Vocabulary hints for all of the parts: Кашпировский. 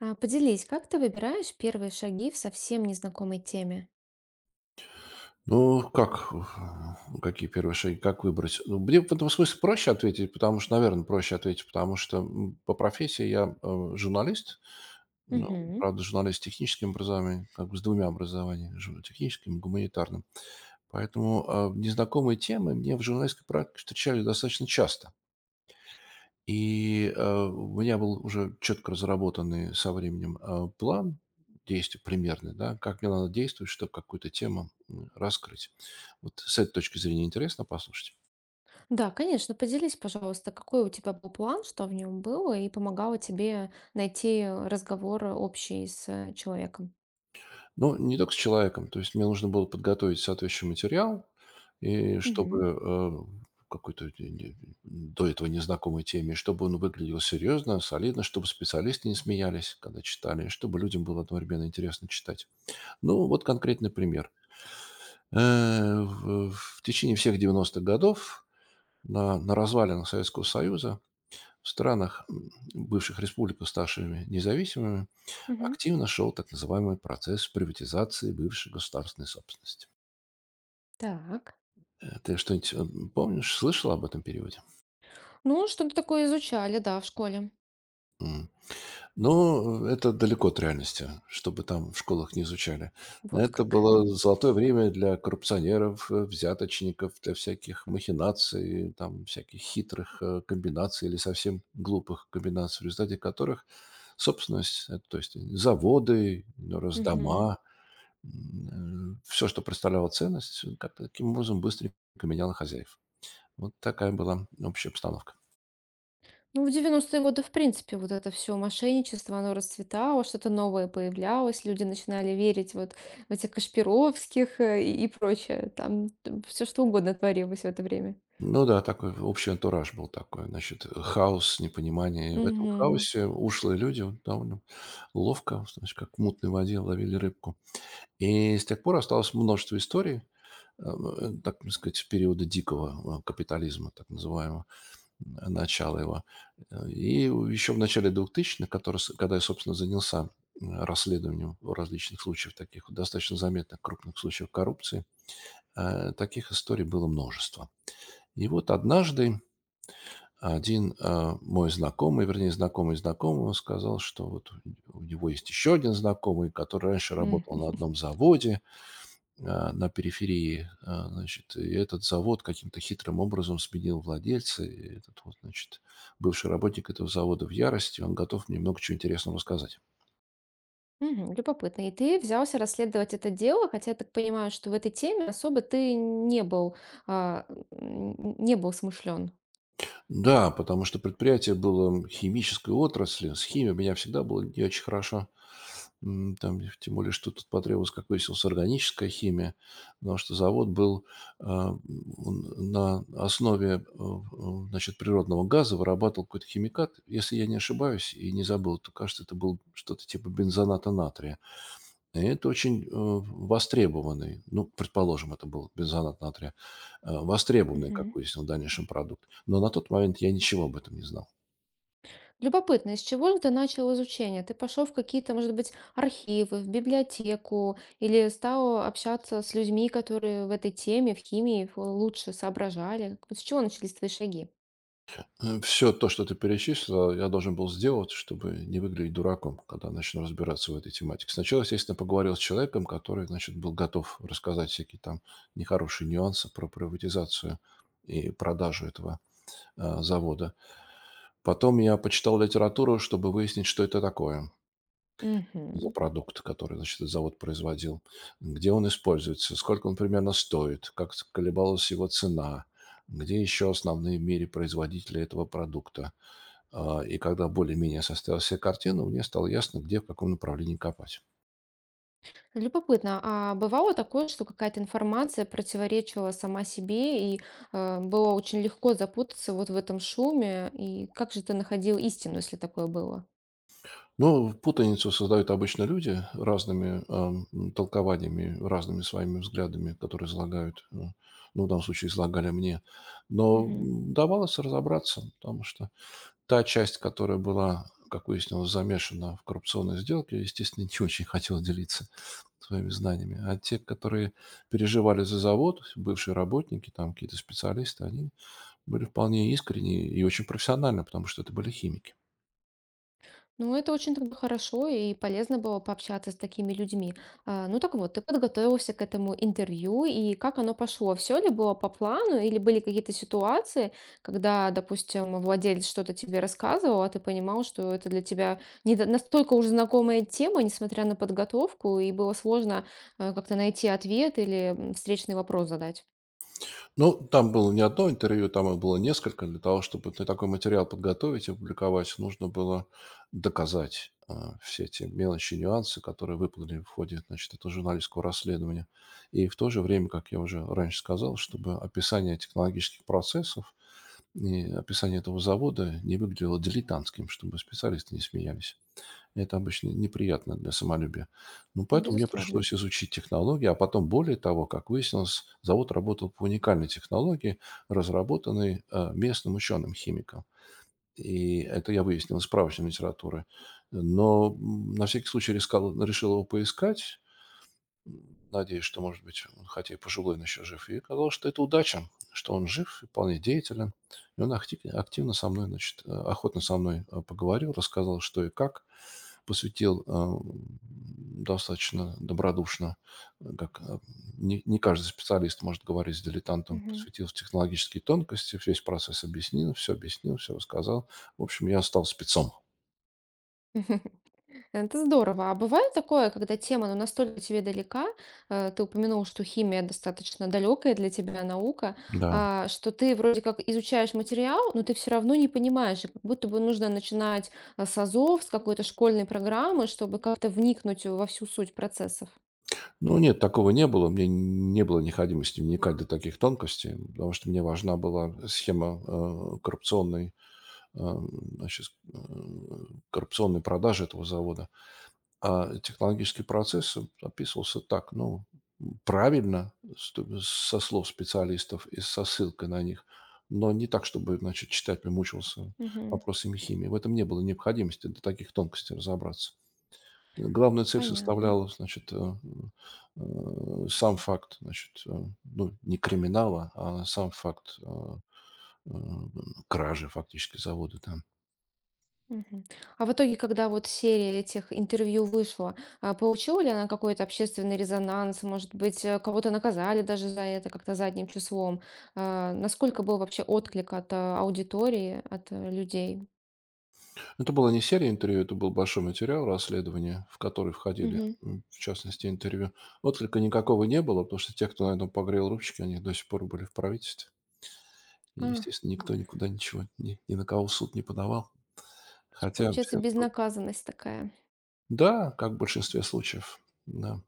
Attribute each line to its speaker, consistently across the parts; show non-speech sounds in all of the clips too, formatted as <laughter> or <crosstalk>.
Speaker 1: Поделись, как ты выбираешь первые шаги в совсем незнакомой теме?
Speaker 2: Ну, как, какие первые шаги, как выбрать? Ну, мне в этом смысле проще ответить, потому что, наверное, проще ответить, потому что по профессии я журналист, ну,
Speaker 1: Мгм.
Speaker 2: правда, журналист с техническим образованием, как бы с двумя образованиями, техническим и гуманитарным. Поэтому незнакомые темы мне в журналистской практике встречались достаточно часто. И, у меня был уже четко разработанный со временем, план действий примерный, да, как мне надо действовать, чтобы какую-то тему, раскрыть. Вот с этой точки зрения интересно послушать.
Speaker 1: Да, конечно, поделись, пожалуйста, какой у тебя был план, что в нем было, и помогало тебе найти разговор общий с человеком.
Speaker 2: Но не только с человеком. То есть мне нужно было подготовить соответствующий материал, и
Speaker 1: Мгм.
Speaker 2: чтобы, какой-то де де до этого незнакомой теме, чтобы он выглядел серьезно, солидно, чтобы специалисты не смеялись, когда читали, чтобы людям было одновременно интересно читать. Ну, вот конкретный пример. В течение всех девяностых годов на развалинах Советского Союза, в странах, бывших республик, ставшими независимыми,
Speaker 1: Мгм.
Speaker 2: активно шел так называемый процесс приватизации бывшей государственной собственности.
Speaker 1: Так.
Speaker 2: Ты что-нибудь, помнишь, слышал об этом периоде?
Speaker 1: Ну, что-то такое изучали, да, в школе.
Speaker 2: Но это далеко от реальности, чтобы там в школах не изучали.
Speaker 1: Вот
Speaker 2: Это
Speaker 1: как.
Speaker 2: было
Speaker 1: <laughs>
Speaker 2: золотое время для коррупционеров, взяточников, для всяких махинаций, там, всяких хитрых комбинаций или совсем глупых комбинаций, в результате которых собственность, то есть заводы,
Speaker 1: Мгм.
Speaker 2: раздома, все, что представляло ценность, как-то таким образом быстренько меняло хозяев. Вот такая была общая обстановка.
Speaker 1: Ну, в девяностые годы, в принципе, вот это все мошенничество, оно расцветало, что-то новое появлялось, люди начинали верить вот в этих Кашпировских и прочее. Там все что угодно творилось в это время.
Speaker 2: Ну да, такой общий антураж был такой. Значит, хаос, непонимание. И в этом
Speaker 1: Мгм.
Speaker 2: хаосе ушлые люди вот довольно ловко, значит, как в мутной воде ловили рыбку. И с тех пор осталось множество историй, так сказать, периода дикого капитализма, так называемого, начала его. И еще в начале двухтысячных, который, когда я, собственно, занялся расследованием различных случаев, таких достаточно заметных крупных случаев коррупции, таких историй было множество. И вот однажды один, мой знакомый, вернее, знакомый знакомого сказал, что вот у него есть еще один знакомый, который раньше
Speaker 1: Мгм.
Speaker 2: работал на одном заводе, на периферии. А, значит, и этот завод каким-то хитрым образом сменил владельца. И этот вот, значит, бывший работник этого завода в ярости. Он готов мне много чего интересного рассказать.
Speaker 1: Мгм. Любопытно. И ты взялся расследовать это дело, хотя я так понимаю, что в этой теме особо ты а, не был смышлен.
Speaker 2: Да, потому что предприятие было химической отрасли. С химией у меня всегда было не очень хорошо. Там, тем более, что тут потребовалась, как выяснилось, органическая химия, потому что завод был он на основе значит, природного газа, вырабатывал какой-то химикат. Если я не ошибаюсь и не забыл, то, кажется, это был что-то типа бензоната натрия. И это очень востребованный, ну, предположим, это был беззанатный отряд, востребованный, как выяснил в дальнейшем, продукт. Но на тот момент я ничего об этом не знал.
Speaker 1: Любопытно, из чего же ты начал изучение? Ты пошел в какие-то, может быть, архивы, в библиотеку или стал общаться с людьми, которые в этой теме, в химии лучше соображали? Вот с чего начались твои шаги?
Speaker 2: Все то, что ты перечислил, я должен был сделать, чтобы не выглядеть дураком, когда начну разбираться в этой тематике. Сначала, естественно, поговорил с человеком, который, значит, был готов рассказать всякие там нехорошие нюансы про приватизацию и продажу этого завода. Потом я почитал литературу, чтобы выяснить, что это такое. За
Speaker 1: Мгм.
Speaker 2: продукт, который, значит, этот завод производил, где он используется, сколько он примерно стоит, колебалась его цена, где еще основные в мире производители этого продукта. И когда более-менее составила себе картину, мне стало ясно, где, в каком направлении копать.
Speaker 1: Любопытно. А бывало такое, что какая-то информация противоречила сама себе, и было очень легко запутаться вот в этом шуме? И как же ты находил истину, если такое было?
Speaker 2: Ну, путаницу создают обычно люди разными толкованиями, разными своими взглядами, которые излагают, ну, в данном случае излагали мне. Но давалось разобраться, потому что та часть, которая была, как выяснилось, замешана в коррупционной сделке, естественно, <laughs> не очень хотела делиться своими знаниями. А те, которые переживали за завод, бывшие работники, там какие-то специалисты, они были вполне искренни и очень профессиональны, потому что это были химики.
Speaker 1: Ну, это очень тогда хорошо и полезно было пообщаться с такими людьми. Ну так вот, ты подготовился к этому интервью, и как оно пошло? Все ли было по плану, или были какие-то ситуации, когда, допустим, владелец что-то тебе рассказывал, а ты понимал, что это для тебя не настолько уже знакомая тема, несмотря на подготовку, и было сложно как-то найти ответ или встречный вопрос задать?
Speaker 2: Ну, там было не одно интервью, там их было несколько. Для того, чтобы ты такой материал подготовить и опубликовать, нужно было доказать все эти мелочи нюансы, которые выплыли в ходе значит, этого журналистского расследования. И в то же время, как я уже раньше сказал, чтобы описание технологических процессов и описание этого завода не выглядело дилетантским, чтобы специалисты не смеялись. Это обычно неприятно для самолюбия. Ну, поэтому мне
Speaker 1: Безусловно.
Speaker 2: пришлось изучить технологии, а потом, более того, как выяснилось, завод работал по уникальной технологии, разработанной местным ученым-химиком. И это я выяснил из справочной литературы. Но на всякий случай рискал, решил его поискать, надеясь, что, может быть, он, хотя и пожилой, но еще жив. И оказалось, что это удача, что он жив, и вполне деятелен. И он активно со мной, значит, охотно со мной поговорил, рассказал, что и как посвятил достаточно добродушно, э, как э, не каждый специалист может говорить с дилетантом,
Speaker 1: Мгм.
Speaker 2: посвятил в технологические тонкости, весь процесс объяснил, все рассказал. В общем, я стал спецом.
Speaker 1: <laughs> Это здорово. А бывает такое, когда тема, ну, настолько тебе далека, ты упомянул, что химия достаточно далекая для тебя наука,
Speaker 2: Да.
Speaker 1: что ты вроде как изучаешь материал, но ты все равно не понимаешь, и как будто бы нужно начинать с азов, с какой-то школьной программы, чтобы как-то вникнуть во всю суть процессов.
Speaker 2: Ну, нет, такого не было. Мне не было необходимости вникать до таких тонкостей, потому что мне важна была схема коррупционной, значит, коррупционной продажи этого завода. А технологический процесс описывался так, ну, правильно, со слов специалистов и со ссылкой на них, но не так, чтобы, значит, читатель мучился
Speaker 1: Мгм.
Speaker 2: вопросами химии. В этом не было необходимости до таких тонкостей разобраться. Главная цель
Speaker 1: Понятно.
Speaker 2: составляла, значит, сам факт, значит, ну, не криминала, а сам факт э, кражи фактически завода там.
Speaker 1: Мгм. А в итоге, когда вот серия этих интервью вышла, получила ли она какой-то общественный резонанс? Может быть, кого-то наказали даже за это как-то задним числом? Насколько был вообще отклик от аудитории, от людей?
Speaker 2: Это была не серия интервью, это был большой материал расследования, в который входили,
Speaker 1: Мгм.
Speaker 2: в частности, интервью. Отклика никакого не было, потому что те, кто на этом погрел ручки, они до сих пор были в правительстве. И,
Speaker 1: То
Speaker 2: естественно, никто никуда ничего, ни на кого в суд не подавал.
Speaker 1: есть
Speaker 2: Хотя
Speaker 1: получается
Speaker 2: все...
Speaker 1: безнаказанность такая.
Speaker 2: Да, как в большинстве случаев. Да.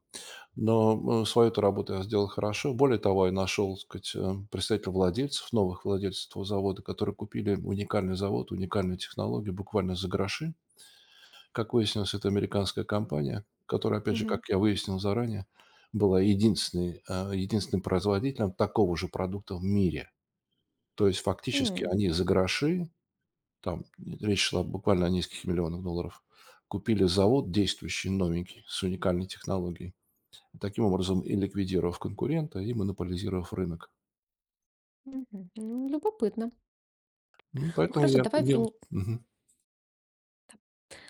Speaker 2: Но, свою-то работу я сделал хорошо. Более того, я нашел, так сказать, представителей владельцев, новых владельцев этого завода, которые купили уникальный завод, уникальную технологию буквально за гроши. Как выяснилось, это американская компания, которая, опять же,
Speaker 1: Мгм.
Speaker 2: как я выяснил заранее, была единственной, единственным производителем такого же продукта в мире. То есть фактически
Speaker 1: М,
Speaker 2: они за гроши, там речь шла буквально о низких миллионах долларов, купили завод действующий, новенький, с уникальной технологией таким образом и ликвидировав конкурента, и монополизировав рынок.
Speaker 1: Мгм. Ну, любопытно.
Speaker 2: Ну,
Speaker 1: Ну
Speaker 2: поэтому
Speaker 1: хорошо,
Speaker 2: я
Speaker 1: давай
Speaker 2: имел.
Speaker 1: вернем.
Speaker 2: Мгм.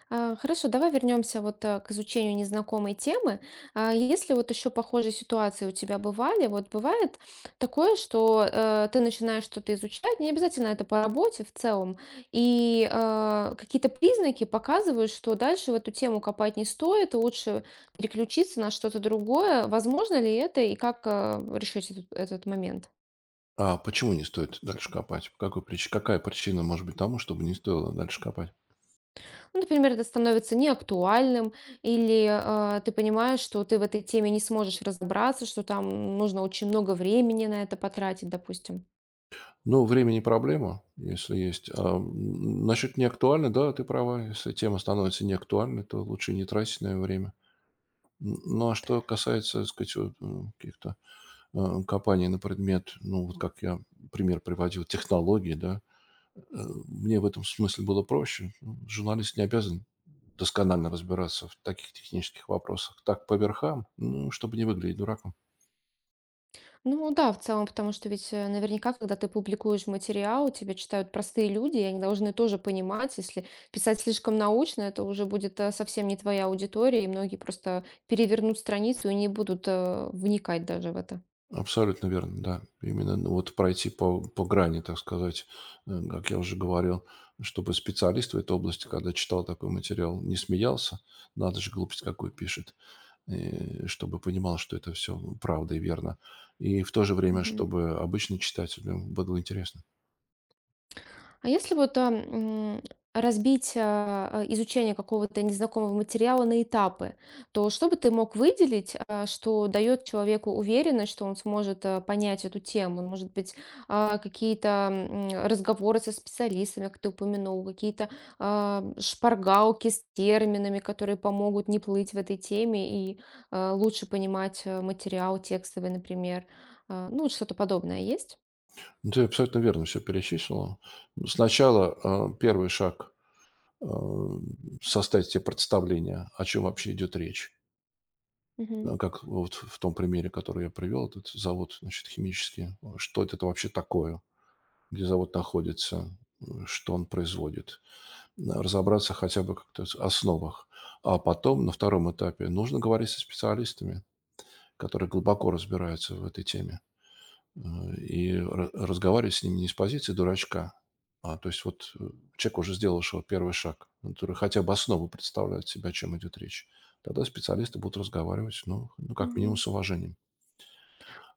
Speaker 1: Хорошо, давай вернемся вот к изучению незнакомой темы. Если вот еще похожие ситуации у тебя бывали, вот бывает такое, что ты начинаешь что-то изучать, не обязательно это по работе в целом, и какие-то признаки показывают, что дальше в эту тему копать не стоит, лучше переключиться на что-то другое. Возможно ли это и как решить этот момент?
Speaker 2: А почему не стоит дальше копать? По какой какая причина может быть тому, чтобы не стоило дальше копать?
Speaker 1: Ну, например, это становится неактуальным, или ты понимаешь, что ты в этой теме не сможешь разобраться, что там нужно очень много времени на это потратить, допустим.
Speaker 2: Ну, время не проблема, если есть. Насчет неактуальной, да, ты права. Если тема становится неактуальной, то лучше не тратить на неё время. Ну, а что касается, так сказать, вот, каких-то копаний на предмет, ну, вот как я пример приводил, технологий, да, мне в этом смысле было проще. Журналист не обязан досконально разбираться в таких технических вопросах. Так, по верхам, ну, чтобы не выглядеть дураком.
Speaker 1: Ну да, в целом, потому что ведь наверняка, когда ты публикуешь материал, тебя читают простые люди, и они должны тоже понимать, если писать слишком научно, это уже будет совсем не твоя аудитория, и многие просто перевернут страницу и не будут вникать даже в это.
Speaker 2: Абсолютно верно, да. Именно ну, вот пройти по грани, так сказать, как я уже говорил, чтобы специалист в этой области, когда читал такой материал, не смеялся, надо же глупость какую пишет, чтобы понимал, что это все правда и верно. И в то же время, чтобы обычный читатель, ему было интересно.
Speaker 1: А если вот разбить изучение какого-то незнакомого материала на этапы, то что бы ты мог выделить, что дает человеку уверенность, что он сможет понять эту тему? Может быть, какие-то разговоры со специалистами, как ты упомянул, какие-то шпаргалки с терминами, которые помогут не плыть в этой теме и лучше понимать материал текстовый, например. Ну, вот что-то подобное есть?
Speaker 2: Ну, ты абсолютно верно все перечислила. Сначала, первый шаг, э, составить себе представление, о чем вообще идет речь.
Speaker 1: Мгм.
Speaker 2: Как вот в том примере, который я привел, этот завод, значит, химический. Что это вообще такое? Где завод находится? Что он производит? Н разобраться хотя бы как-то в основах. А потом, на втором этапе, нужно говорить со специалистами, которые глубоко разбираются в этой теме. Э, и ра разговаривать с ними не с позиции дурачка, а то есть вот, человек, уже сделавшего первый шаг, который хотя бы основу представляет себя, о чем идет речь. Тогда специалисты будут разговаривать, как минимум,
Speaker 1: Мгм.
Speaker 2: с уважением.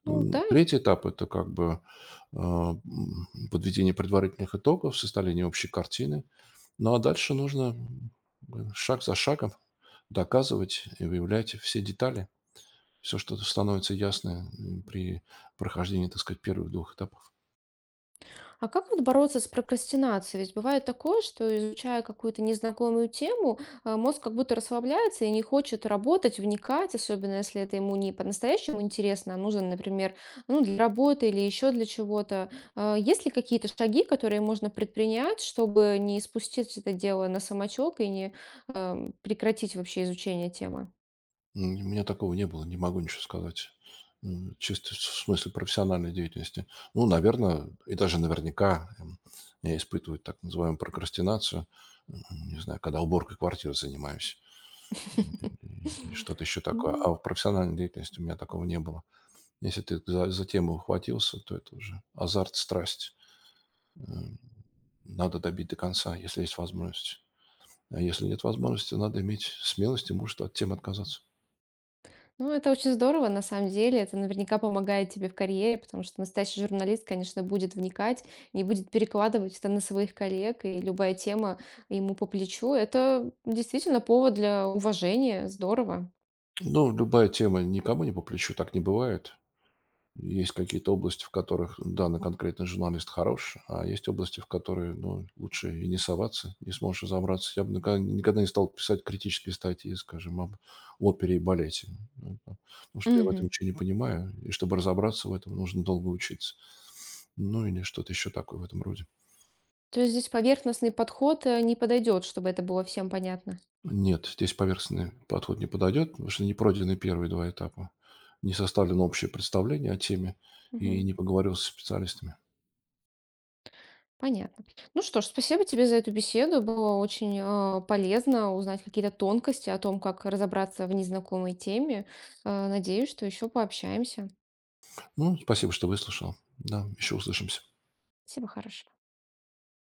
Speaker 1: Ну да.
Speaker 2: 3-й этап- это как бы, подведение предварительных итогов, составление общей картины. Ну, а дальше нужно, шаг за шагом доказывать и выявлять все детали. Все что становится ясно, при прохождении, так сказать, первых двух этапов.
Speaker 1: А как вот бороться с прокрастинацией? Ведь бывает такое, что изучая какую-то незнакомую тему, мозг как будто расслабляется и не хочет работать, вникать, особенно если это ему не по-настоящему интересно, а нужно, например, ну, для работы или еще для чего-то. Есть ли какие-то шаги, которые можно предпринять, чтобы не спустить это дело на самочок и не прекратить вообще изучение темы?
Speaker 2: У меня такого не было, не могу ничего сказать. Чисто в смысле профессиональной деятельности. Ну, наверное, и даже наверняка я испытываю так называемую прокрастинацию. М, Не знаю, когда уборкой квартиры занимаюсь. И что-то еще такое. А
Speaker 1: <laughs>
Speaker 2: в профессиональной деятельности у меня такого не было. Если ты за тему ухватился, то это уже азарт, страсть. М, Надо добить до конца, если есть возможность. А если нет
Speaker 1: Ну,
Speaker 2: возможности, надо иметь смелость и мужество от темы отказаться.
Speaker 1: Ну, это очень здорово, на самом деле. Это наверняка помогает тебе в карьере, потому что настоящий журналист, конечно, будет вникать, не будет перекладывать это на своих коллег, и любая тема ему по плечу. Это действительно повод для уважения. Здорово.
Speaker 2: Ну, любая тема никому не по плечу, так не бывает. Есть какие-то области, в которых данный конкретный журналист хорош, а есть области, в которые ну, лучше и не соваться, не сможешь разобраться. Я бы никогда, никогда не стал писать критические статьи, скажем, об опере и балете, ну, да, потому что я в этом
Speaker 1: Мгм.
Speaker 2: ничего не понимаю, и чтобы разобраться в этом, нужно долго учиться. Ну или что-то еще такое в этом роде.
Speaker 1: То есть здесь поверхностный подход не подойдет, чтобы это было всем понятно.
Speaker 2: Нет, здесь поверхностный подход не подойдет, потому что не пройдены первые два этапа. Не составлено общее представление о теме и
Speaker 1: Мгм.
Speaker 2: не поговорил со специалистами.
Speaker 1: Понятно. Ну что ж, спасибо тебе за эту беседу. Было очень полезно узнать какие-то тонкости о том, как разобраться в незнакомой теме. Надеюсь, что еще пообщаемся.
Speaker 2: Ну, спасибо, что выслушал. Да, еще услышимся.
Speaker 1: Спасибо, хорошо.